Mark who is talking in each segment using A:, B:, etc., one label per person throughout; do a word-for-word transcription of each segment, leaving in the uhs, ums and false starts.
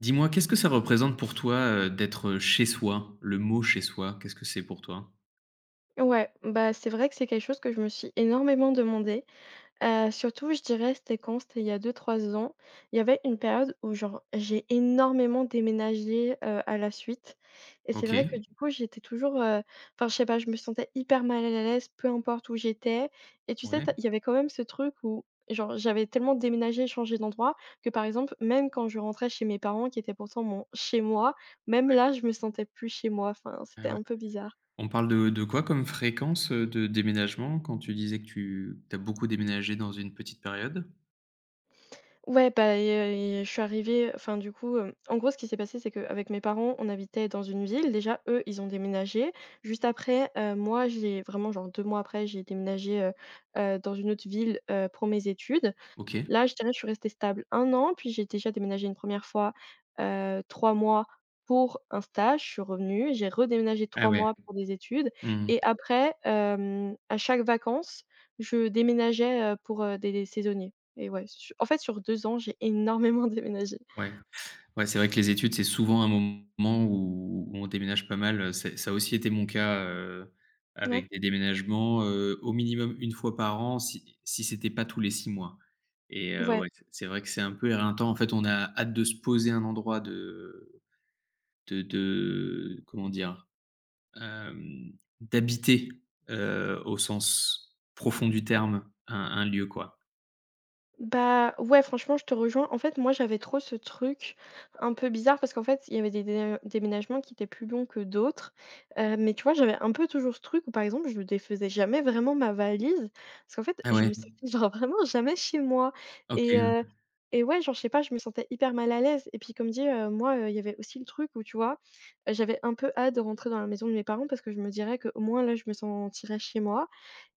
A: Dis-moi, qu'est-ce que ça représente pour toi, heu, d'être, chez soi? Le mot chez soi, qu'est-ce que c'est pour toi?
B: Ouais, bah, c'est vrai que c'est quelque chose que je me suis énormément demandé. Heu, surtout, je dirais, c'était quand? C'était il y a deux trois ans. Il y avait une période où genre j'ai énormément déménagé, heu, à la suite et c'est vrai que
A: OK.
B: du coup, j'étais toujours, heu, enfin, je sais pas, je me sentais hyper mal à l'aise, peu importe où j'étais et tu sais,
A: Ouais,
B: tu il y avait quand même ce truc où genre j'avais tellement déménagé et changé d'endroit que, par exemple, même quand je rentrais chez mes parents qui étaient pourtant mon chez moi, même
A: ouais,
B: là, je me sentais plus chez moi. Enfin,
A: ouais,
B: c'était
A: ouais.
B: un peu bizarre.
A: On parle de de quoi comme fréquence, heu, de déménagement quand tu disais que tu tu as beaucoup déménagé dans une petite période?
B: Ouais, bah, et heu et je suis arrivée enfin, du coup, hem, en gros, ce qui s'est passé, c'est qu'avec mes parents, on habitait dans une ville. Déjà, eux, ils ont déménagé. Juste après, heu, moi, j'ai vraiment, genre deux mois après, j'ai déménagé, heu heu, dans une autre ville, heu, pour mes études.
A: OK.
B: Là, je dirais, je suis restée stable un an, puis j'ai déjà déménagé une première fois, heu, trois mois pour un stage, je suis revenue, j'ai redéménagé
A: Ah
B: trois
A: ouais.
B: mois pour des études
A: Mmh.
B: et après, hem, à chaque vacances, je déménageais, heu, pour, heu, des des saisonniers et ouais, su en fait, sur deux ans, j'ai énormément déménagé.
A: Ouais. Ouais, c'est vrai que les études, c'est souvent un moment où où on déménage pas mal, c'est ça a aussi été mon cas, heu,
B: Ouais,
A: avec des déménagements, heu, au minimum une fois par an si si c'était pas tous les six mois et heu,
B: ouais.
A: ouais, c'est c'est vrai que c'est un peu éreintant. En fait, on a hâte de se poser un endroit, de de de comment dire? Hem, D'habiter, heu, au sens profond du terme, un un lieu, quoi.
B: Bah, ouais, franchement, je te rejoins. En fait, moi, j'avais trop ce truc un peu bizarre parce qu'en fait, il y avait des dé- déménagements qui étaient plus longs que d'autres. Euh, mais tu vois, j'avais un peu toujours ce truc où, par exemple, je ne défaisais jamais vraiment ma valise parce qu'en fait,
A: Ah
B: je
A: ouais?
B: me sentais genre vraiment jamais chez moi.
A: OK,
B: Et, euh, et ouais, genre, je sais pas, je me sentais hyper mal à l'aise. Et puis, comme dit, euh, moi, euh, il y avait aussi le truc où, tu vois, euh, j'avais un peu hâte de rentrer dans la maison de mes parents parce que je me dirais que au moins, là, je me sentirais chez moi.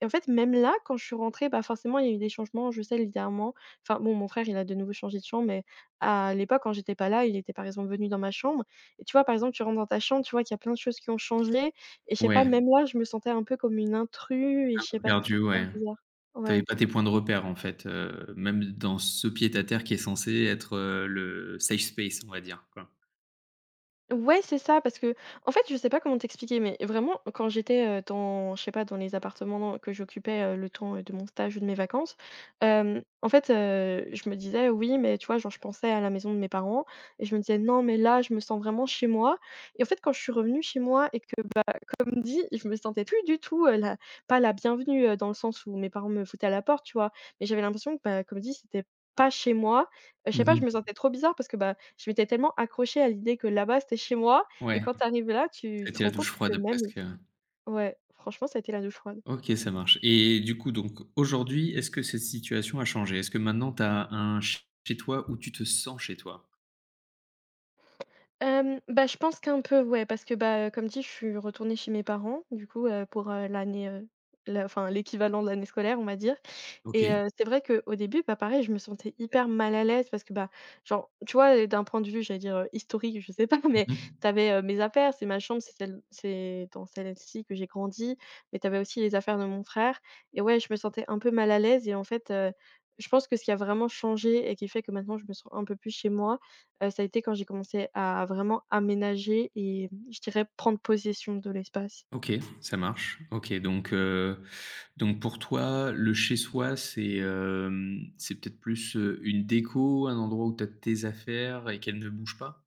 B: Et en fait, même là, quand je suis rentrée, bah, forcément, il y a eu des changements, je sais, littéralement. Enfin, bon, mon frère, il a de nouveau changé de chambre, mais à l'époque, quand j'étais pas là, il était par exemple venu dans ma chambre. Et tu vois, par exemple, tu rentres dans ta chambre, tu vois qu'il y a plein de choses qui ont changé. Et je sais pas,
A: ouais,
B: même là, je me sentais un peu comme une intrue et je sais pas, c'était
A: perdu,
B: hyper
A: ouais.
B: bizarre.
A: T'avais
B: Ouais.
A: pas tes points de repère en fait, heu, même dans ce pied-à-terre qui est censé être, heu, le safe space on va dire quoi.
B: Ouais, c'est ça, parce que, en fait, je sais pas comment t'expliquer, mais vraiment, quand j'étais, heu, dans je sais pas, dans les appartements que j'occupais, heu, le temps, heu, de mon stage ou de mes vacances, hem, en fait, heu, je me disais: «Oui, mais» tu vois, genre, je pensais à la maison de mes parents et je me disais: «Non, mais là, je me sens vraiment chez moi» et en fait, quand je suis revenue chez moi et que comme dit, je me sentais plus du tout, heu, la pas la bienvenue, heu, dans le sens où mes parents me foutaient à la porte, tu vois? Mais j'avais l'impression que, bah, comme dit, c'était pas chez moi. Heu, je
A: Mmh
B: sais pas, je me
A: mh.
B: sentais trop bizarre parce que, bah, je m'étais tellement accrochée à l'idée que là-bas, c'était chez moi
A: Ouais,
B: et quand tu arrives là, tu te
A: c'était la
B: rends compte
A: douche
B: que
A: froide
B: même
A: presque, heu.
B: ouais, franchement, ça a été la douche froide.
A: OK, ça marche et du coup donc aujourd'hui, est-ce que cette situation a changé? Est-ce que maintenant tu as un chez toi où tu te sens chez toi?
B: Hem, bah, je pense qu'un peu, ouais, parce que, bah, heu, comme dit, je suis retournée chez mes parents, du coup, heu, pour, heu, l'année, heu, la enfin, l'équivalent de l'année scolaire, on va dire. Et
A: OK.
B: heu, c'est vrai qu'au début, bah, pareil, je me sentais hyper mal à l'aise parce que, bah, genre, tu vois, d'un point de vue, j'allais dire, heu, historique, je sais pas, mais
A: Mmh mh.
B: tu avais, mes affaires, c'est ma chambre, c'est celle c'est dans celle-ci que j'ai grandi, mais tu avais aussi les affaires de mon frère et ouais, je me sentais un peu mal à l'aise et en fait, heu, je pense que ce qui a vraiment changé et qui fait que maintenant je me sens un peu plus chez moi, heu, ça a été quand j'ai commencé à vraiment aménager et je dirais prendre possession de l'espace.
A: OK, ça marche. OK donc, heu, donc pour toi, le chez soi c'est, hem, c'est peut-être plus, heu, une déco, un endroit où tu as tes affaires et qu'elles ne bougent pas?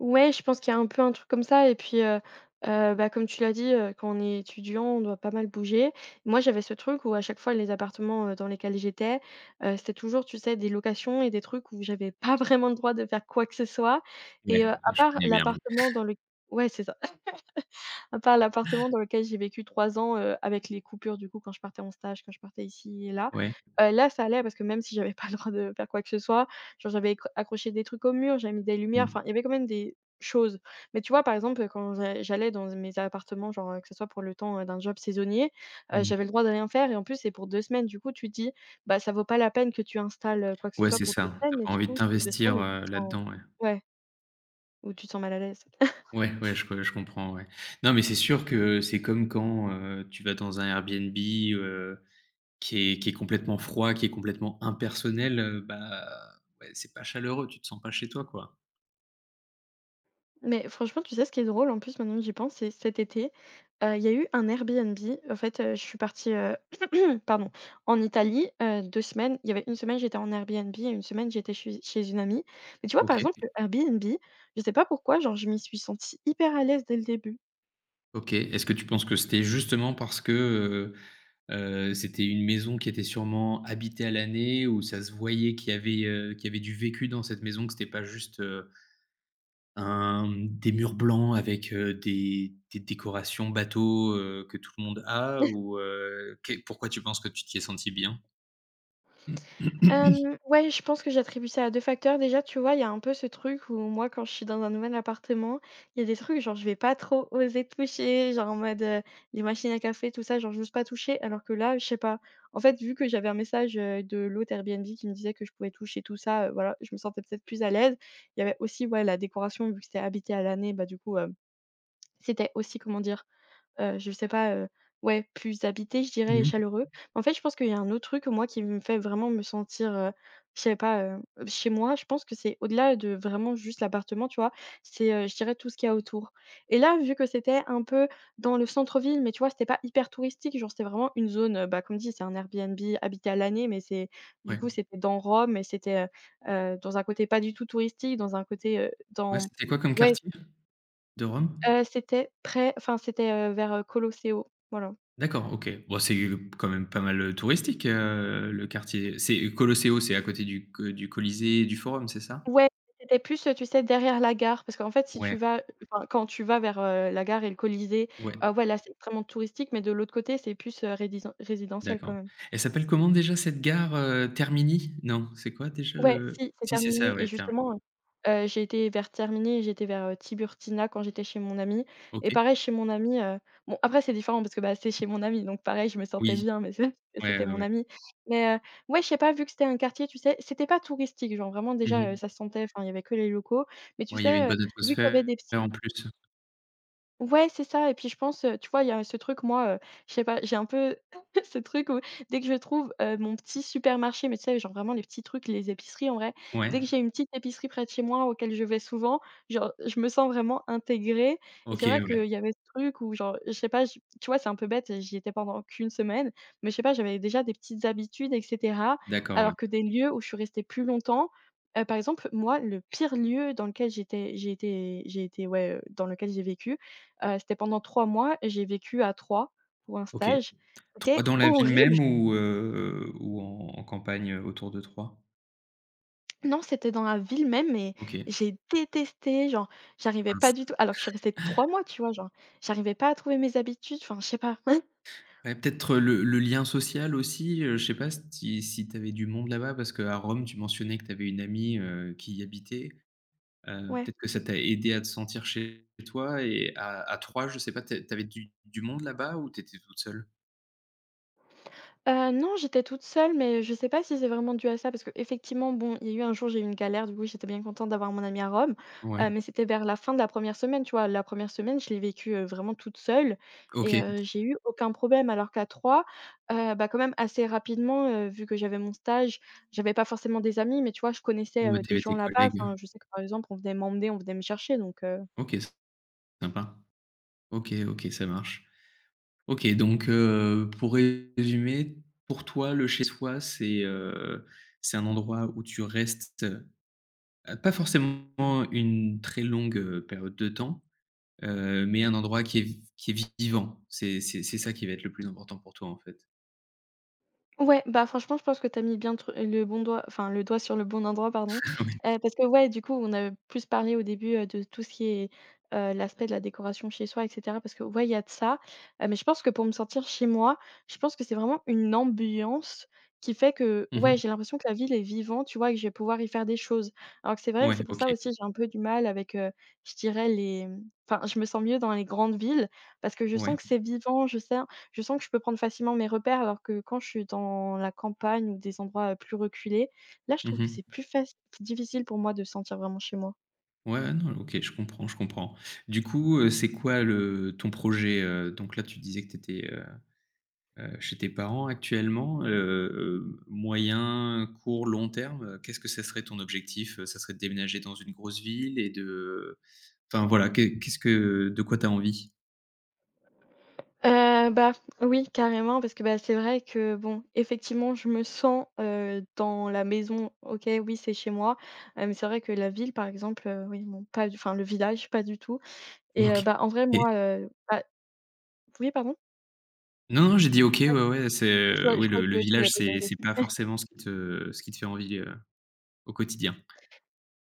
B: Ouais, je pense qu'il y a un peu un truc comme ça et puis, heu heu, bah, comme tu l'as dit, heu, quand on est étudiant, on doit pas mal bouger. Moi, j'avais ce truc où à chaque fois les appartements, heu, dans lesquels j'étais, heu, c'était toujours, tu sais, des locations et des trucs où j'avais pas vraiment le droit de faire quoi que ce soit
A: Ouais,
B: et heu, à
A: je
B: part
A: connais bien.
B: l'appartement dans le ouais, c'est ça. À part l'appartement dans lequel j'ai vécu trois ans, heu, avec les coupures du coup quand je partais en stage, quand je partais ici et là.
A: Ouais.
B: Heu, là ça allait parce que même si j'avais pas le droit de faire quoi que ce soit, genre j'avais écr accroché des trucs au mur, j'avais mis des lumières,
A: Mmh.
B: enfin il y avait quand même des choses. Mais tu vois par exemple, heu, quand j'a j'allais dans mes appartements genre, heu, que ce soit pour le temps, heu, d'un job saisonnier, heu,
A: Mmh.
B: j'avais le droit de rien faire et en plus c'est pour deux semaines. Du coup tu te dis: «Bah ça vaut pas la peine que tu installes, heu, quoi que ce
A: Ouais,
B: soit
A: c'est
B: pour deux
A: ça. Tu
B: semaines»
A: as
B: et
A: pas
B: du
A: envie de
B: coup c'est deux
A: t'investir,
B: semaines où tu
A: heu,
B: te sens
A: là-dedans, ouais.
B: ouais, où tu te sens mal à l'aise.
A: Ouais, ouais, je co je comprends, ouais. Non, mais c'est sûr que c'est comme quand, heu, tu vas dans un Airbnb, heu, qui est qui est complètement froid, qui est complètement impersonnel, heu, bah, ouais, c'est pas chaleureux, tu te sens pas chez toi, quoi.
B: Mais franchement, tu sais ce qui est drôle en plus, maintenant que j'y pense, c'est cet été, heu, il y a eu un Airbnb. En fait, heu, je suis partie, heu, pardon, en Italie, heu, deux semaines. Il y avait une semaine, j'étais en Airbnb et une semaine, j'étais chez chez une amie. Mais tu vois,
A: OK,
B: par exemple, le Airbnb, je sais pas pourquoi, genre, je m'y suis sentie hyper à l'aise dès le début.
A: OK. Est-ce que tu penses que c'était justement parce que, heu heu, c'était une maison qui était sûrement habitée à l'année, où ça se voyait qu'il y avait, heu, qu'il y avait du vécu dans cette maison, que c'était pas juste, heu un des murs blancs avec, heu, des des décorations bateaux, heu, que tout le monde a ou, heu, qu'est pourquoi tu penses que tu t'y es sentie bien?
B: Hem, ouais, je pense que j'attribue ça à deux facteurs. Déjà, tu vois, il y a un peu ce truc où moi, quand je suis dans un nouvel appartement, il y a des trucs, genre, je vais pas trop oser toucher, genre, en mode, heu, les machines à café, tout ça, genre, j'ose pas toucher. Alors que là, je sais pas, en fait, vu que j'avais un message, heu, de l'hôte Airbnb qui me disait que je pouvais toucher tout ça, heu, voilà, je me sentais peut-être plus à l'aise. Il y avait aussi, ouais, la décoration, vu que c'était habité à l'année, bah, du coup, hem, c'était aussi, comment dire? heu, je sais pas, heu, ouais, plus habité, je dirais et
A: Mmh.
B: chaleureux. En fait, je pense qu'il y a un autre truc, moi, qui me fait vraiment me sentir, heu, je sais pas, heu, chez moi. Je pense que c'est au-delà de vraiment juste l'appartement, tu vois? C'est, heu, je dirais tout ce qu'il y a autour et là, vu que c'était un peu dans le centre-ville, mais tu vois, c'était pas hyper touristique, genre, c'était vraiment une zone, heu, bah, comme dit, c'est un Airbnb habité à l'année, mais c'est du coup,
A: Ouais.
B: c'était dans Rome et c'était, heu heu, dans un côté pas du tout touristique, dans un côté, heu,
A: Ouais,
B: dans
A: c'était quoi comme
B: ouais.
A: quartier de Rome?
B: Heu, c'était près enfin, c'était, heu, vers, heu, Colosseo, voilà.
A: D'accord, OK. Bon, c'est quand même pas mal, touristique, heu, le quartier. C'est Colosseo, c'est à côté du co du Colisée et du Forum, c'est ça?
B: Ouais, c'était plus, heu, tu sais, derrière la gare parce qu'en fait, si
A: Ouais,
B: tu vas enfin, quand tu vas vers, heu, la gare et le Colisée,
A: ouais,
B: heu, ouais, là, c'est extrêmement touristique, mais de l'autre côté, c'est plus, heu, rédisen résidentiel
A: d'accord.
B: quand même.
A: Elle s'appelle comment déjà cette gare, heu, Termini? Non, c'est quoi déjà
B: Ouais,
A: le
B: si, c'est
A: si, c'est
B: Termini
A: ça,
B: et
A: ouais, Termini.
B: justement, heu j'ai été vers Termini et j'ai été vers, heu, Tiburtina quand j'étais chez mon ami. Et
A: OK.
B: pareil chez mon ami. heu, bon après c'est différent parce que, bah, c'est chez mon ami, donc pareil je me sentais
A: Oui,
B: bien mais c'est
A: ouais,
B: c'était
A: ouais,
B: mon
A: ouais.
B: ami. mais heu, ouais, je sais pas, vu que c'était un quartier, tu sais, c'était pas touristique, genre vraiment déjà, heu,
A: Mmh.
B: ça se sentait, enfin il y avait que les locaux, mais tu
A: Ouais, il y avait une
B: sais, heu,
A: bonne
B: vu qu'il y avait
A: atmosphère
B: des petits...
A: en plus?
B: Ouais, c'est ça. Et puis je pense, heu, tu vois, il y a ce truc, moi, heu, je sais pas, j'ai un peu ce truc où dès que je trouve, heu, mon petit supermarché, mais tu sais, genre vraiment les petits trucs, les épiceries en vrai,
A: Ouais,
B: dès que j'ai une petite épicerie près de chez moi auquel je vais souvent, genre je me sens vraiment intégrée. Et c'est
A: OK,
B: vrai
A: ouais,
B: qu'il y avait ce truc où genre, je sais pas, j tu vois, c'est un peu bête, j'y étais pendant qu'une semaine, mais je sais pas, j'avais déjà des petites habitudes et cetera,
A: d'accord, ouais,
B: alors que des lieux où je suis restée plus longtemps, heu, par exemple, moi, le pire lieu dans lequel j'étais j'ai été j'ai été ouais, heu, dans lequel j'ai vécu, Heu, c'était pendant trois mois, j'ai vécu à Troyes pour un
A: OK.
B: stage. C'était
A: Troyes dans la ville
B: horrible,
A: même
B: genre...
A: ou heu, ou en en campagne, heu, autour de Troyes?
B: Non, c'était dans la ville même, mais
A: OK,
B: j'ai détesté, genre j'arrivais
A: mince.
B: pas du tout alors que je suis restée trois mois, tu vois? Genre, j'arrivais pas à trouver mes habitudes, enfin je sais pas.
A: Ouais, peut-être euh, le le lien social aussi, heu, je sais pas si si tu avais du monde là-bas parce qu'à Rome, tu mentionnais que tu avais une amie, heu, qui y habitait, heu,
B: Ouais.
A: peut-être que ça t'a aidée à te sentir chez toi et à à Troyes, je sais pas, tu tu avais du du monde là-bas ou tu étais toute seule?
B: Heu, non, j'étais toute seule, mais je sais pas si c'est vraiment dû à ça, parce que effectivement, bon, il y a eu un jour, j'ai eu une galère, du coup, j'étais bien contente d'avoir mon amie à Rome,
A: Ouais,
B: heu, mais c'était vers la fin de la première semaine, tu vois? La première semaine, je l'ai vécue, heu, vraiment toute seule, et
A: OK,
B: heu, j'ai eu aucun problème, alors qu'à trois, heu, bah, quand même assez rapidement, heu, vu que j'avais mon stage, j'avais pas forcément des amis, mais tu vois, je connaissais,
A: ouais,
B: heu,
A: tu
B: des
A: avais
B: gens
A: tes
B: là-bas.
A: collègues,
B: Enfin, je sais que, par exemple, on venait m'emmener, on venait me chercher, donc heu...
A: OK, sympa. OK, OK, ça marche. OK, donc heu, pour résumer, pour toi, le chez soi, c'est, heu, c'est un endroit où tu restes, heu, pas forcément une très longue, heu, période de temps, heu, mais un endroit qui est qui est vivant. C'est c'est c'est ça qui va être le plus important pour toi, en fait?
B: Ouais, bah, franchement, je pense que tu as mis bien le tru le bon doigt, enfin, le doigt sur le bon endroit, pardon,
A: Oui.
B: heu, parce que, ouais, du coup, on a plus parlé au début, heu, de tout ce qui est, heu, l'aspect de la décoration chez soi et cetera, parce que, ouais, il y a de ça, heu, mais je pense que pour me sentir chez moi, je pense que c'est vraiment une ambiance qui fait que, ouais,
A: Mmh.
B: j'ai l'impression que la ville est vivante, tu vois? Et que je vais pouvoir y faire des choses. Alors que c'est vrai,
A: Ouais,
B: c'est pour
A: OK.
B: ça aussi, j'ai un peu du mal avec, heu, je dirais les, mmh enfin, je me sens mieux dans les grandes villes parce que je sens
A: Ouais.
B: que c'est vivant, je sais je sens que je peux prendre facilement mes repères, alors que quand je suis dans la campagne ou des endroits, heu, plus reculés, là, je trouve que
A: Mmh.
B: c'est plus faci difficile pour moi de sentir vraiment chez moi.
A: Ouais, ouais, non, OK, je comprends, je comprends. Du coup, heu, c'est quoi le ton projet, heu? Donc là, tu disais que tu étais, Heu, chez tes parents actuellement, heu heu, moyen, court, long terme, heu, qu'est-ce que ça serait ton objectif? Heu, ça serait de déménager dans une grosse ville et de enfin voilà, qu'est qu'est-ce que de quoi t'as envie?
B: Heu, bah, oui, carrément, parce que, bah, c'est vrai que, bon, effectivement, je me sens, heu, dans la maison, OK, oui, c'est chez moi, heu, mais c'est vrai que la ville, par exemple, heu, oui, non, pas du enfin, le village, pas du tout. Et heu,
A: OK.
B: bah, en vrai, moi, heu, bah... Oui, pardon?
A: Non, non, j'ai dit: «OK», ouais,
B: Ah,
A: ouais, c'est,
B: je
A: heu,
B: crois je
A: oui,
B: croyais
A: le le
B: que tu
A: village,
B: voulais poser une
A: c'est c'est
B: question.
A: pas forcément ce qui te ce qui te fait envie, heu, au quotidien.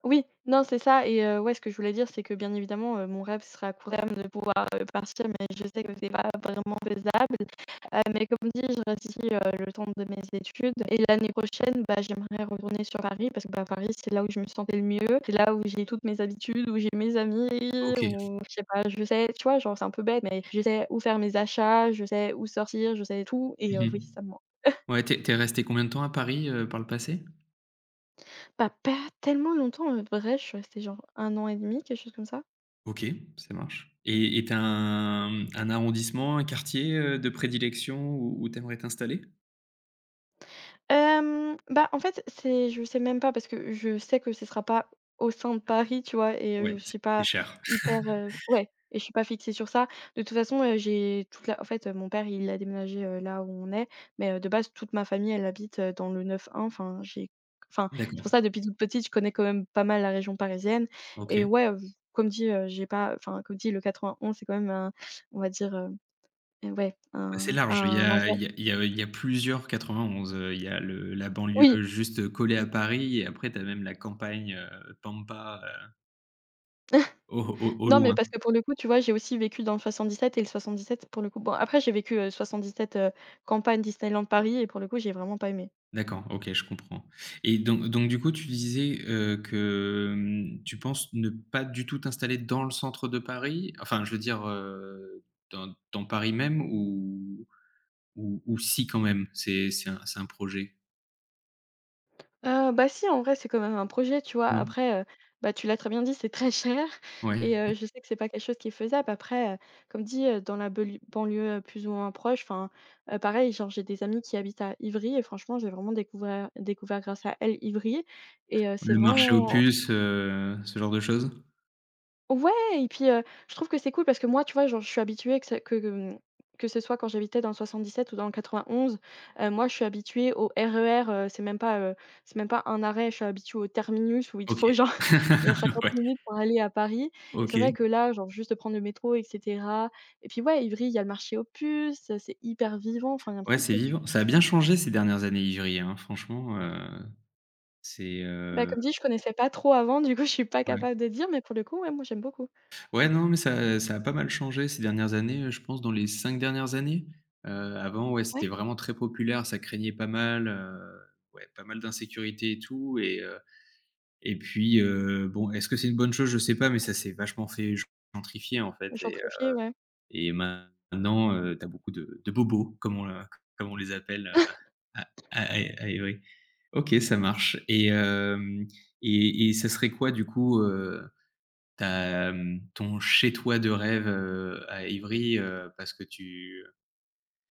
B: Oui, non, c'est ça. Et heu, ouais, ce que je voulais dire, c'est que bien évidemment, heu, mon rêve, ce serait à court terme de pouvoir, heu, partir, mais je sais que c'est pas vraiment faisable. Heu, mais comme dit, je reste ici, heu, le temps de mes études, et l'année prochaine, bah, j'aimerais retourner sur Paris parce que, bah, Paris, c'est là où je me sentais le mieux. C'est là où j'ai toutes mes habitudes, où j'ai mes amis,
A: OK.
B: où je sais pas, je sais tu vois, genre, c'est un peu bête, mais je sais où faire mes achats, je sais où sortir, je sais tout, et heu, oui,
A: Mmh.
B: ça me manque.
A: Ouais, tu es tu es resté combien de temps à Paris, heu, par le passé?
B: Bah, pas tellement longtemps, en vrai, je suis restée genre un an et demi, quelque chose comme ça.
A: OK, ça marche et et tu as un un arrondissement, un quartier, heu, de prédilection où où tu aimerais t'installer?
B: Hem, bah, en fait, c'est... je sais même pas parce que je sais que ce sera pas au sein de Paris, tu vois? Et heu,
A: Ouais,
B: je
A: c'est
B: suis
A: c'est
B: pas
A: cher.
B: hyper, heu ouais, et je suis pas fixée sur ça. De toute façon, heu, j'ai toute la en fait, heu, mon père, il a déménagé, heu, là où on est, mais heu, de base, toute ma famille, elle habite, heu, dans le neuf un. Enfin, j'ai enfin, c'est pour
A: D'accord,
B: ça, depuis toute petite, je connais quand même pas mal la région parisienne. Et
A: OK.
B: ouais, heu, comme dit, heu, j'ai pas enfin, comme dit, le quatre-vingt-onze, c'est quand même un... on va dire, heu, ouais,
A: Bah, c'est
B: un
A: large, il y
B: un
A: a
B: endroit...
A: il y a il y a il y a plusieurs quatre-vingt-onze, heu, il y a le la banlieue
B: Oui!
A: juste collée à Paris et après tu as même la campagne, heu, pampa, heu, au au au
B: Non, mais
A: loin.
B: parce que pour le coup, tu vois, j'ai aussi vécu dans le soixante-dix-sept, et le soixante-dix-sept pour le coup... bon après j'ai vécu, heu, soixante-dix-sept, heu, campagne Disneyland Paris, et pour le coup, j'ai vraiment pas aimé.
A: D'accord, OK, je comprends et donc donc du coup, tu disais, heu, que, hem, tu penses ne pas du tout t'installer dans le centre de Paris? Enfin, je veux dire, heu, dans dans Paris même ou ou ou si quand même? C'est c'est un c'est un projet?
B: Heu, bah, si, en vrai, c'est quand même un projet, tu vois?
A: Oui.
B: Après, heu, bah, tu l'as très bien dit, c'est très cher
A: Ouais.
B: et heu, je sais que c'est pas quelque chose qui est faisable. Après, heu, comme dit, heu, dans la belu banlieue, heu, plus ou moins proche, enfin, heu, pareil, genre j'ai des amis qui habitent à Ivry et franchement, j'ai vraiment découvert découvert grâce à elle Ivry, et heu, c'est
A: Le marché aux
B: vraiment...
A: puces, heu, ce genre de choses?
B: Ouais. Et puis, heu, je trouve que c'est cool parce que moi, tu vois, genre, je suis habituée que ce que, hem, que ce soit quand j'habitais dans le soixante-dix-sept ou dans le quatre-vingt-onze, heu, moi, je suis habituée au R E R, heu, c'est même pas, heu, c'est même pas un arrêt, je suis habituée au terminus où il te
A: OK.
B: faut, genre, bien cinquante
A: Ouais.
B: minutes pour aller à Paris. Et c'est vrai
A: OK.
B: que là, genre, juste de prendre le métro et cetera, et puis, ouais, Ivry, il y a le marché aux puces, heu, c'est hyper vivant, enfin, il y a
A: Ouais,
B: plein de
A: c'est
B: trucs.
A: vivant. Ça a bien changé ces dernières années, Ivry, hein, franchement, heu, c'est,
B: Bah,
A: heu
B: comme dit, je connaissais pas trop avant, du coup, je suis pas
A: ouais.
B: capable de dire, mais pour le coup, ouais, moi, j'aime beaucoup.
A: Ouais, non, mais ça ça a pas mal changé ces dernières années, heu, je pense dans les cinq dernières années. Heu, Avant, ouais,
B: Ouais,
A: c'était vraiment très populaire, ça craignait pas mal, heu, ouais, pas mal d'insécurité et tout et heu et puis, heu, bon, est-ce que c'est une bonne chose? Je sais pas, mais ça s'est vachement fait gentrifier, en fait et heu
B: gentrifié, ouais.
A: et maintenant, heu, tu beaucoup de de bobos, comme on le comme on les appelle, heu, à à à à Évry. OK, ça marche et hem et et ça serait quoi, du coup, euh, tu as, ton chez toi de rêve, heu, à Ivry, heu, parce que tu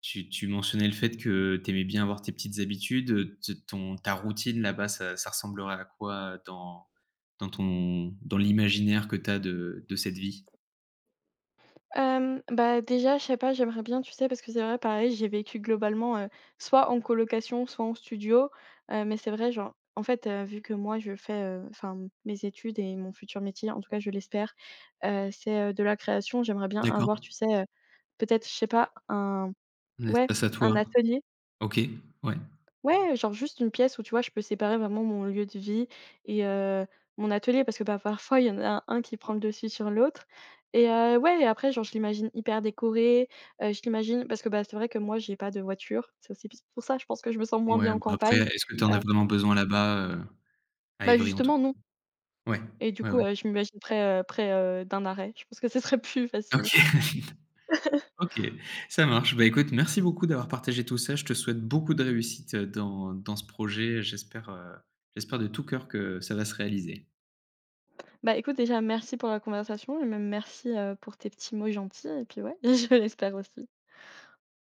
A: tu tu mentionnais le fait que t'aimais bien avoir tes petites habitudes, heu, t ton ta routine là-bas, ça ça ressemblerait à quoi dans dans ton dans l'imaginaire que t'as de de cette vie?
B: Hem, bah, déjà, je sais pas, j'aimerais bien, tu sais, parce que c'est vrai, pareil, j'ai vécu globalement, heu, soit en colocation, soit en studio, heu, mais c'est vrai, genre, en fait, heu, vu que moi, je fais, heu, enfin, mes études et mon futur métier, en tout cas, je l'espère, heu, c'est, heu, de la création. J'aimerais bien avoir,
A: D'accord,
B: tu sais, heu, peut-être, je sais pas, un...
A: un
B: ouais,
A: espace à toi.
B: un atelier.
A: OK, ouais.
B: Ouais, genre juste une pièce où, tu vois, je peux séparer vraiment mon lieu de vie et heu, mon atelier, parce que, bah, parfois, il y en a un qui prend le dessus sur l'autre. Et heu, ouais. Et après, genre, je l'imagine hyper décoré, heu, je l'imagine... parce que, bah, c'est vrai que moi, j'ai pas de voiture. C'est aussi pour ça, je pense que je me sens moins
A: Ouais,
B: bien en
A: bon après,
B: campagne.
A: est-ce que t'en
B: Heu,
A: as vraiment besoin là-bas, heu, à
B: Bah,
A: Ivry en tout
B: justement, non,
A: cas? Ouais,
B: et du
A: ouais, ouais.
B: coup, heu, je m'imagine près, heu, près, heu, d'un arrêt. Je pense que ce serait plus facile.
A: OK. OK, ça marche. Bah, écoute, merci beaucoup d'avoir partagé tout ça. Je te souhaite beaucoup de réussite, heu, dans dans ce projet. J'espère, heu, j'espère de tout cœur que ça va se réaliser.
B: Bah, écoute, déjà, merci pour la conversation, et même merci, heu, pour tes petits mots gentils, et puis ouais, je l'espère aussi.